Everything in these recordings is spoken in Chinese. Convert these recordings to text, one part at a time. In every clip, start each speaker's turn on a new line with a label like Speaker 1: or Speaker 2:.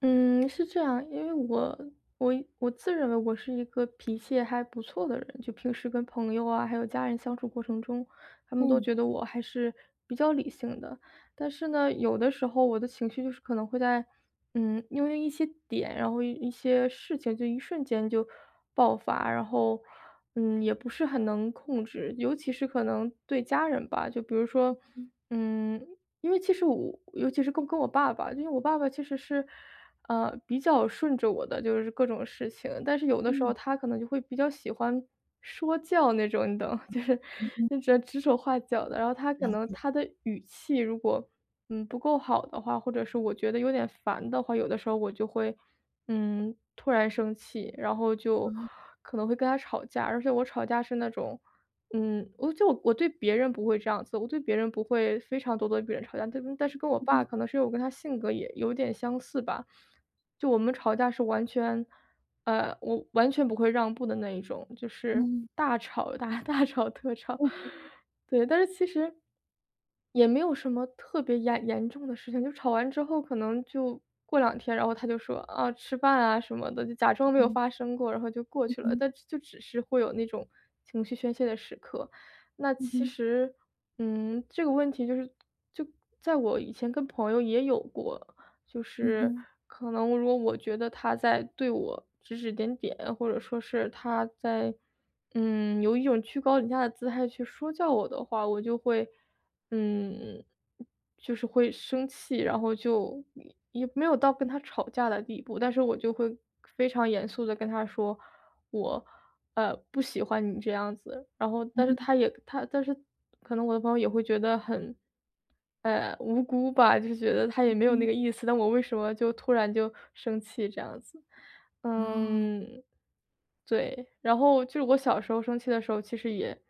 Speaker 1: 嗯，是这样，因为我我自认为我是一个脾气还不错的人，就平时跟朋友啊，还有家人相处过程中，他们都
Speaker 2: 嗯，
Speaker 1: 觉得我还是比较理性的。但是呢，有的时候我的情绪就是可能会在，因为一些点，然后一些事情，就一瞬间就爆发，然后，也不是很能控制，尤其是可能对家人吧，就比如说，
Speaker 2: 嗯
Speaker 1: 嗯，因为其实我，尤其是跟我爸爸，因为我爸爸其实是，比较顺着我的就是各种事情，但是有的时候
Speaker 2: 嗯，
Speaker 1: 他可能就会比较喜欢说教那种，你懂，就是
Speaker 2: 嗯嗯，
Speaker 1: 那种指手画脚的。然后他可
Speaker 2: 了
Speaker 1: 能
Speaker 2: 解。
Speaker 1: 他的语气如果不够好的话，或者是我觉得有点烦的话，有的时候我就会突然生气，然后
Speaker 2: 啊，
Speaker 1: 就可能会跟他吵架，而且我吵架是那种。嗯，我对别人不会这样子，我对别人不会非常多地跟别人吵架，但是跟我
Speaker 2: 嗯
Speaker 1: 爸
Speaker 2: 嗯，
Speaker 1: 可能是因为我跟他性格也有点相似吧，就我们吵架是完全我完全不会让步的那一种，就是
Speaker 2: 嗯
Speaker 1: 大吵大 大吵特吵。对，但是其实也没有什么特别严重的事情，就吵完之后可能就过两天，然后他就说：“啊，吃饭啊什么的。”就假装没有
Speaker 2: 嗯，
Speaker 1: 发生过，然后就过
Speaker 2: 嗯
Speaker 1: 去了，
Speaker 2: 嗯
Speaker 1: 但就只是会有那种情绪宣泄的时刻。那
Speaker 2: 嗯
Speaker 1: 其
Speaker 2: 嗯
Speaker 1: 实，这个问题就是就在我以前跟朋友也有过。就
Speaker 2: 嗯
Speaker 1: 是
Speaker 2: 嗯
Speaker 1: 可能如果我觉得他在对我指指点点，或者说是他在，有一种居高临下的姿态去说教我的话，我就会嗯，就是会生气，然后就也没有到跟他吵架的地步，但是我就会非常严肃的跟他说，我，不喜欢你这样子。然后但是
Speaker 2: 嗯
Speaker 1: 他也他但是可能我的朋友也会觉得很，无辜吧，就觉得他也没有
Speaker 2: 嗯
Speaker 1: 那个意思，但我为什么就突然就生气这样子。
Speaker 2: 哦，
Speaker 1: 嗯，对，然后就是我小时候生气的时候，其实也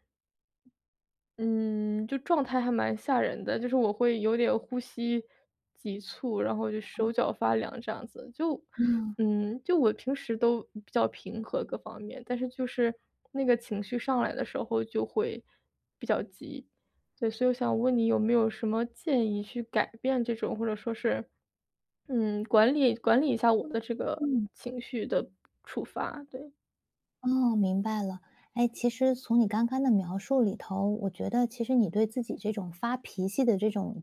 Speaker 1: 嗯，就状态还蛮吓人的，就是我会有点呼吸急促，然后就
Speaker 2: 哦，
Speaker 1: 手脚发凉这样子。就
Speaker 2: 嗯，
Speaker 1: 就我平时都比较平和各方面，但是就是那个情绪上来的时候就会比较急。对，所以我想问你有没有什么建议去改变这种，或者说是，管理管理一下我的这个
Speaker 2: 嗯。
Speaker 1: 情绪的触发，对。
Speaker 2: 哦，明白了。哎，其实从你刚刚的描述里头，我觉得其实你对自己这种发脾气的这种，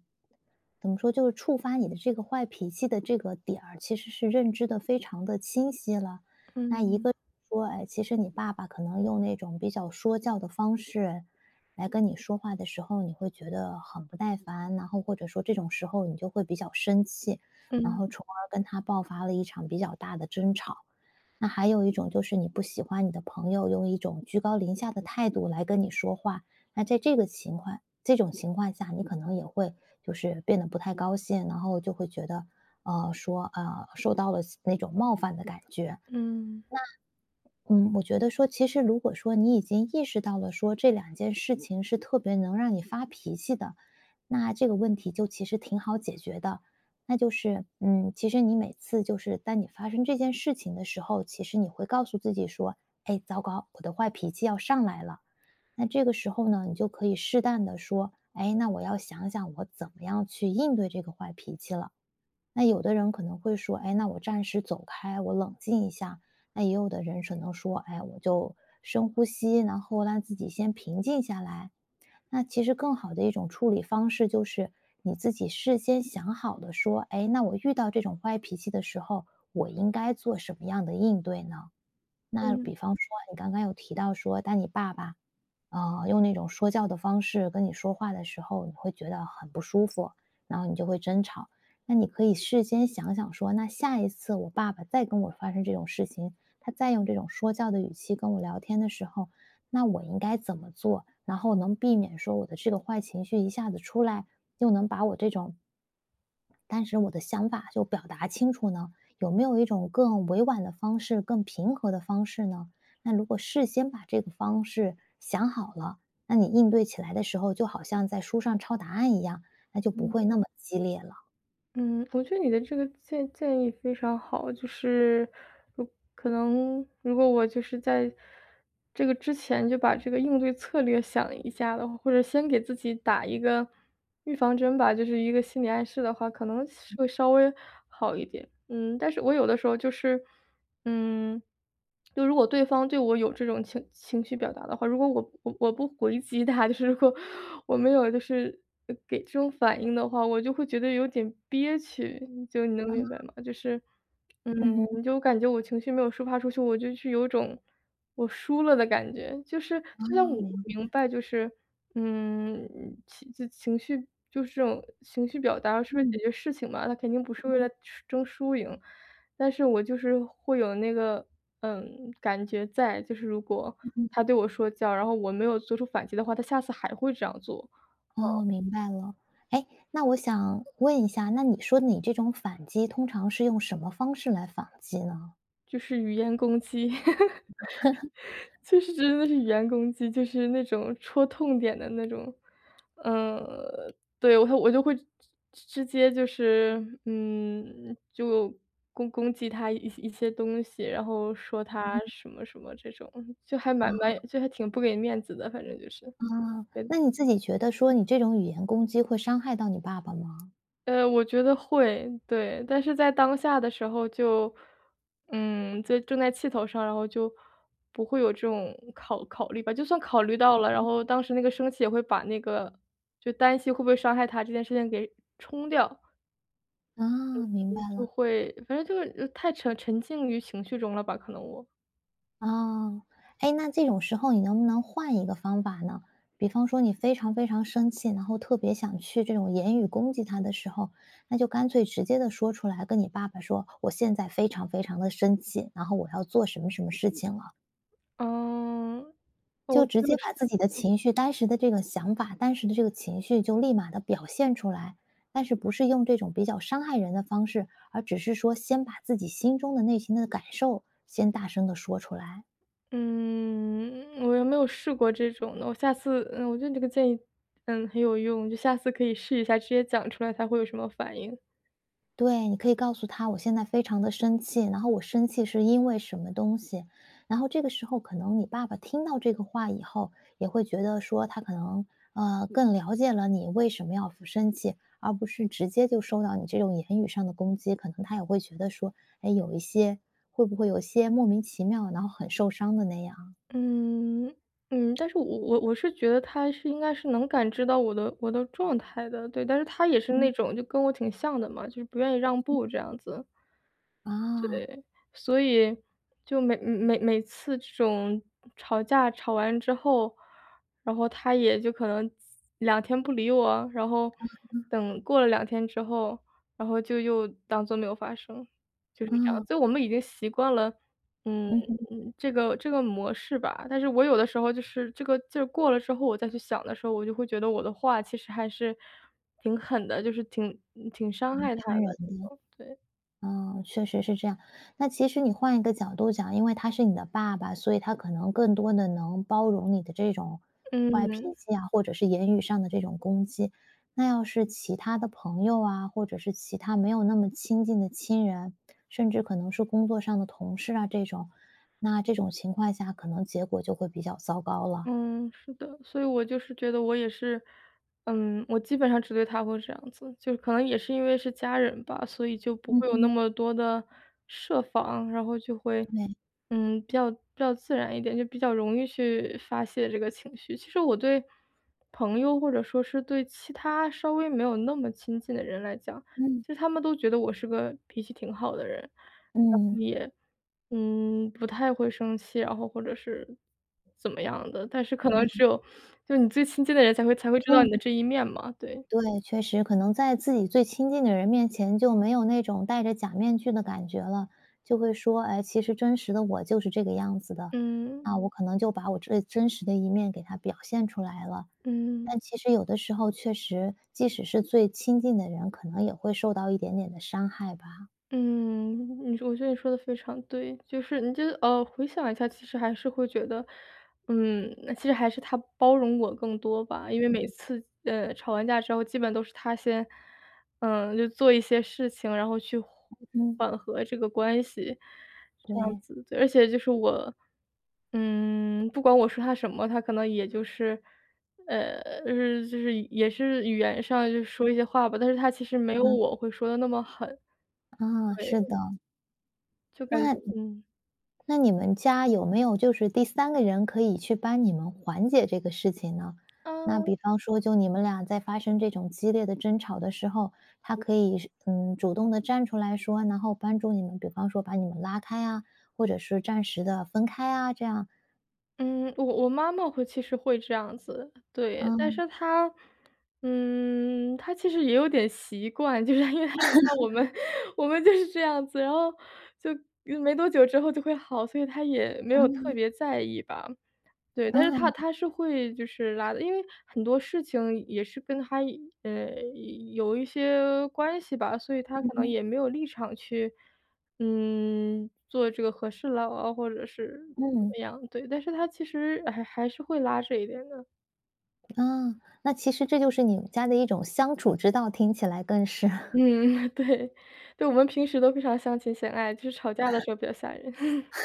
Speaker 2: 怎么说，就是触发你的这个坏脾气的这个点儿，其实是认知的非常的清晰了。那一
Speaker 1: 嗯，
Speaker 2: 个说，哎，其实你爸爸可能用那种比较说教的方式来跟你说话的时候，你会觉得很不耐烦，然后或者说这种时候你就会比较生气，然
Speaker 1: 嗯，
Speaker 2: 后从而跟他爆发了一场比较大的争吵。那还有一种就是你不喜欢你的朋友用一种居高临下的态度来跟你说话，那在这个情况这种情况下，你可能也会就是变得不太高兴，然后就会觉得，说受到了那种冒犯的感觉。
Speaker 1: 嗯，
Speaker 2: 嗯，我觉得说，其实如果说你已经意识到了说这两件事情是特别能让你发脾气的，那这个问题就其实挺好解决的。那就是，其实你每次就是当你发生这件事情的时候，其实你会告诉自己说，哎，糟糕，我的坏脾气要上来了。那这个时候呢，你就可以适当的说，哎，那我要想想我怎么样去应对这个坏脾气了。那有的人可能会说，哎，那我暂时走开，我冷静一下。那也有的人可能说，哎，我就深呼吸，然后让自己先平静下来。那其实更好的一种处理方式就是你自己事先想好的，说，哎，那我遇到这种坏脾气的时候，我应该做什么样的应对呢？那
Speaker 1: 嗯。
Speaker 2: 比方说，你刚刚有提到说，当你爸爸用那种说教的方式跟你说话的时候，你会觉得很不舒服，然后你就会争吵。那你可以事先想想说，那下一次我爸爸再跟我发生这种事情，他再用这种说教的语气跟我聊天的时候，那我应该怎么做，然后能避免说我的这个坏情绪一下子出来，又能把我这种但是我的想法就表达清楚呢？有没有一种更委婉的方式、更平和的方式呢？那如果事先把这个方式想好了，那你应对起来的时候，就好像在书上抄答案一样，那就不会那么激烈了。
Speaker 1: 嗯，我觉得你的这个建议非常好，就是如可能如果我就是在这个之前就把这个应对策略想一下的话，或者先给自己打一个预防针吧，就是一个心理暗示的话，可能是会稍微好一点。嗯，但是我有的时候就是，嗯。就如果对方对我有这种情绪表达的话，如果我不回击他，就是如果我没有就是给这种反应的话，我就会觉得有点憋屈，就你能
Speaker 2: 啊，
Speaker 1: 明白吗？就是，嗯，
Speaker 2: 嗯哼。
Speaker 1: 就感觉我情绪没有抒发出去，我就是有种我输了的感觉。就是
Speaker 2: 哦
Speaker 1: 虽然我
Speaker 2: 明
Speaker 1: 明
Speaker 2: 白，
Speaker 1: 白，就是嗯，情绪就是这种情绪表达是为了解
Speaker 2: 嗯，
Speaker 1: 决事情嘛，他肯定不是
Speaker 2: 嗯
Speaker 1: 为了
Speaker 2: 嗯
Speaker 1: 争输赢，但是我就是会有那个，感觉在，就是如果
Speaker 2: 嗯嗯，
Speaker 1: 他对我说教，然后我没有做出反击的话，他下次还会这样做，
Speaker 2: 哦，明白了。哎，那我想问一下，那你说你这种反击通常是用什么方式来反击呢？
Speaker 1: 就是语言攻击。就是真的是语言攻击，就是那种戳痛点的那种。嗯，对，我就会直接就是，就攻击他一些东西，然后说他什么什么这种，就还蛮
Speaker 2: 啊
Speaker 1: 蛮就还挺不给面子的，反正就是。
Speaker 2: 啊，那你自己觉得说你这种语言攻击会伤害到你爸爸吗？
Speaker 1: 呃，我觉得会，对，但是在当下的时候就，在正在气头上，然后就不会有这种考虑吧。就算考虑到了，然后当时那个生气也会把那个就担心会不会伤害他这件事情给冲掉，
Speaker 2: 啊，明白
Speaker 1: 嗯就
Speaker 2: 了。
Speaker 1: 会反正就是太沉浸于情绪中了吧，可能我。
Speaker 2: 啊，哎，那这种时候你能不能换一个方法呢？比方说你非常非常生气，然后特别想去这种言语攻击他的时候，那就干脆直接的说出来，跟你爸爸说，我现在非常非常的生气，然后我要做什么什么事情了，
Speaker 1: 嗯，
Speaker 2: 就
Speaker 1: 哦，
Speaker 2: 直
Speaker 1: 就
Speaker 2: 接把自
Speaker 1: 是
Speaker 2: 己的情绪、当时的这个想法、当时的这个情绪就立马的表现出来，但是不是用这种比较伤害人的方式，而只是说先把自己心中的内心的感受先大声的说出来。
Speaker 1: 嗯，我又没有试过这种的，我下次我觉得你这个建议，很有用，就下次可以试一下，直接讲出来他会有什么反应。
Speaker 2: 对，你可以告诉他我现在非常的生气，然后我生气是因为什么东西。然后这个时候可能你爸爸听到这个话以后，也会觉得说他可能，更了解了你为什么要生气，而不是直接就受到你这种言语上的攻击。可能他也会觉得说，哎，有一些会不会有一些莫名其妙，然后很受伤的那样。
Speaker 1: 嗯，嗯，但是我是觉得他是应该是能感知到我的状态的，对，但是他也是
Speaker 2: 嗯。
Speaker 1: 那种就跟我挺像的嘛，就是不愿意让步这样子。
Speaker 2: 啊，
Speaker 1: 所以就每次这种吵架吵完之后，然后他也就可能两天不理我，然后等过了两天之后，然后就又当做没有发生，就是这样。
Speaker 2: 嗯，
Speaker 1: 所以我们已经习惯了，嗯，
Speaker 2: 嗯哼，挺
Speaker 1: 这个模式吧。但是我有的时候就是这个劲儿过了之后，我再去想的时候，我就会觉得我的话其实还是挺狠的，就是挺伤害他
Speaker 2: 伤
Speaker 1: 的
Speaker 2: 人
Speaker 1: 这种，
Speaker 2: 的。
Speaker 1: 对，
Speaker 2: 嗯，确实是这样。那其实你换一个角度讲，因为他是你的爸爸，所以他可能更多的能包容你的这种坏脾
Speaker 1: 嗯。
Speaker 2: 气啊，或者是言语上的这种攻击。那要是其他的朋友啊，或者是其他没有那么亲近的亲人，甚至可能是工作上的同事啊这种，那这种情况下可能结果就会比较糟糕了。
Speaker 1: 嗯，是的，所以我就是觉得我也是，我基本上只对他会这样子，就是可能也是因为是家人吧，所以就不
Speaker 2: 嗯
Speaker 1: 会有那
Speaker 2: 嗯，
Speaker 1: 么多的设防，然后就会，
Speaker 2: 对，
Speaker 1: 比较自然一点，就比较容易去发泄这个情绪。其实我对朋友或者说是对其他稍微没有那么亲近的人来讲，
Speaker 2: 嗯
Speaker 1: 其实他们都觉得我是个脾气挺好的人，
Speaker 2: 嗯嗯。
Speaker 1: 也，不太会生气，然后或者是怎么样的，但是可能只有就你最亲近的人才会知道你的这一面嘛，对，
Speaker 2: 对，确实，可能在自己最亲近的人面前就没有那种戴着假面具的感觉了，就会说，哎，其实真实的我就是这个样子的，
Speaker 1: 嗯，
Speaker 2: 那我可能就把我最真实的一面给他表现出来了。
Speaker 1: 嗯。
Speaker 2: 但其实有的时候确实，即使是最亲近的人，可能也会受到一点点的伤害吧。
Speaker 1: 嗯，你说我觉得你说的非常对，就是你就回想一下，其实还是会觉得，那其实还是他包容我更多吧。因为每次，吵完架之后，基本都是他先，就做一些事情，然后去
Speaker 2: 嗯。
Speaker 1: 缓和这个关系，这样
Speaker 2: 对，
Speaker 1: 子。对，而且就是我，不管我说他什么，他可能也就是，呃，就是也是语言上就说一些话吧，但是他其实没有
Speaker 2: 嗯，
Speaker 1: 我会说的那么狠。
Speaker 2: 啊，是
Speaker 1: 对。
Speaker 2: 的，
Speaker 1: 就感
Speaker 2: 那
Speaker 1: 嗯。
Speaker 2: 那你们家有没有就是第三个人可以去帮你们缓解这个事情呢？那比
Speaker 1: 嗯。
Speaker 2: 方说，就你们俩在发生这种激烈的争吵的时候，他可以是主动的站出来说，然后帮助你们，比方说把你们拉开啊，或者是暂时的分开啊，这样。
Speaker 1: 嗯，我妈妈会其实会这样子，对，但
Speaker 2: 嗯
Speaker 1: 是她她其实也有点习惯，就是因为她知道我们 我们就是这样子，然后就没多久之后就会好，所以她也没有特
Speaker 2: 嗯
Speaker 1: 别在意吧。对，但是他
Speaker 2: 嗯
Speaker 1: 他是会就是拉的，因为很多事情也是跟他，呃，有一些关系吧，所以他可能也没有立场去，做这个和事佬啊，或者是怎
Speaker 2: 嗯
Speaker 1: 么样，对，但是他其实还是会拉这一点的。
Speaker 2: 嗯啊，那其实这就是你们家的一种相处之道，听起来更是。
Speaker 1: 嗯，对，对，我们平时都非常相亲相爱，就是吵架的时候比较吓人。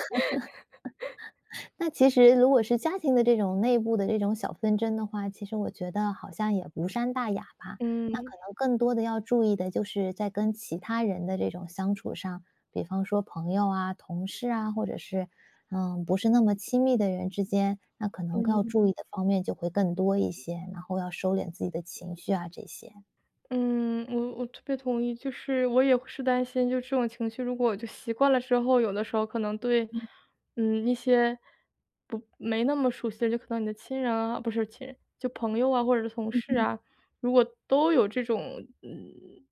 Speaker 2: 那其实如果是家庭的这种内部的这种小纷争的话，其实我觉得好像也无伤大雅吧。那
Speaker 1: 嗯，
Speaker 2: 可能更多的要注意的就是在跟其他人的这种相处上，比方说朋友啊、同事啊，或者是不是那么亲密的人之间，那可能要
Speaker 1: 嗯。
Speaker 2: 注意的方面就会更多一些，然后要收敛自己的情绪啊这些。
Speaker 1: 嗯，我特别同意，就是我也是担心，就这种情绪，如果我就习惯了之后，有的时候可能对，
Speaker 2: 嗯
Speaker 1: 一些不没那么熟悉的，就可能你的亲人啊，不是亲人，就朋友啊，或者是同
Speaker 2: 嗯
Speaker 1: 事
Speaker 2: 嗯。
Speaker 1: 啊，如果都有这种嗯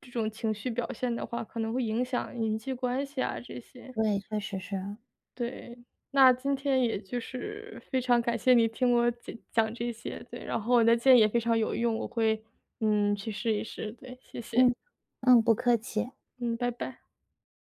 Speaker 1: 这种情绪表现的话，可能会影响人际关系啊这些。
Speaker 2: 对，确实是，
Speaker 1: 对，那今天也就是非常感谢你听我讲讲这些，对，然后我的建议也非常有用，我会，去试一试，对，谢谢，
Speaker 2: 嗯嗯，不客气。
Speaker 1: 嗯，拜拜。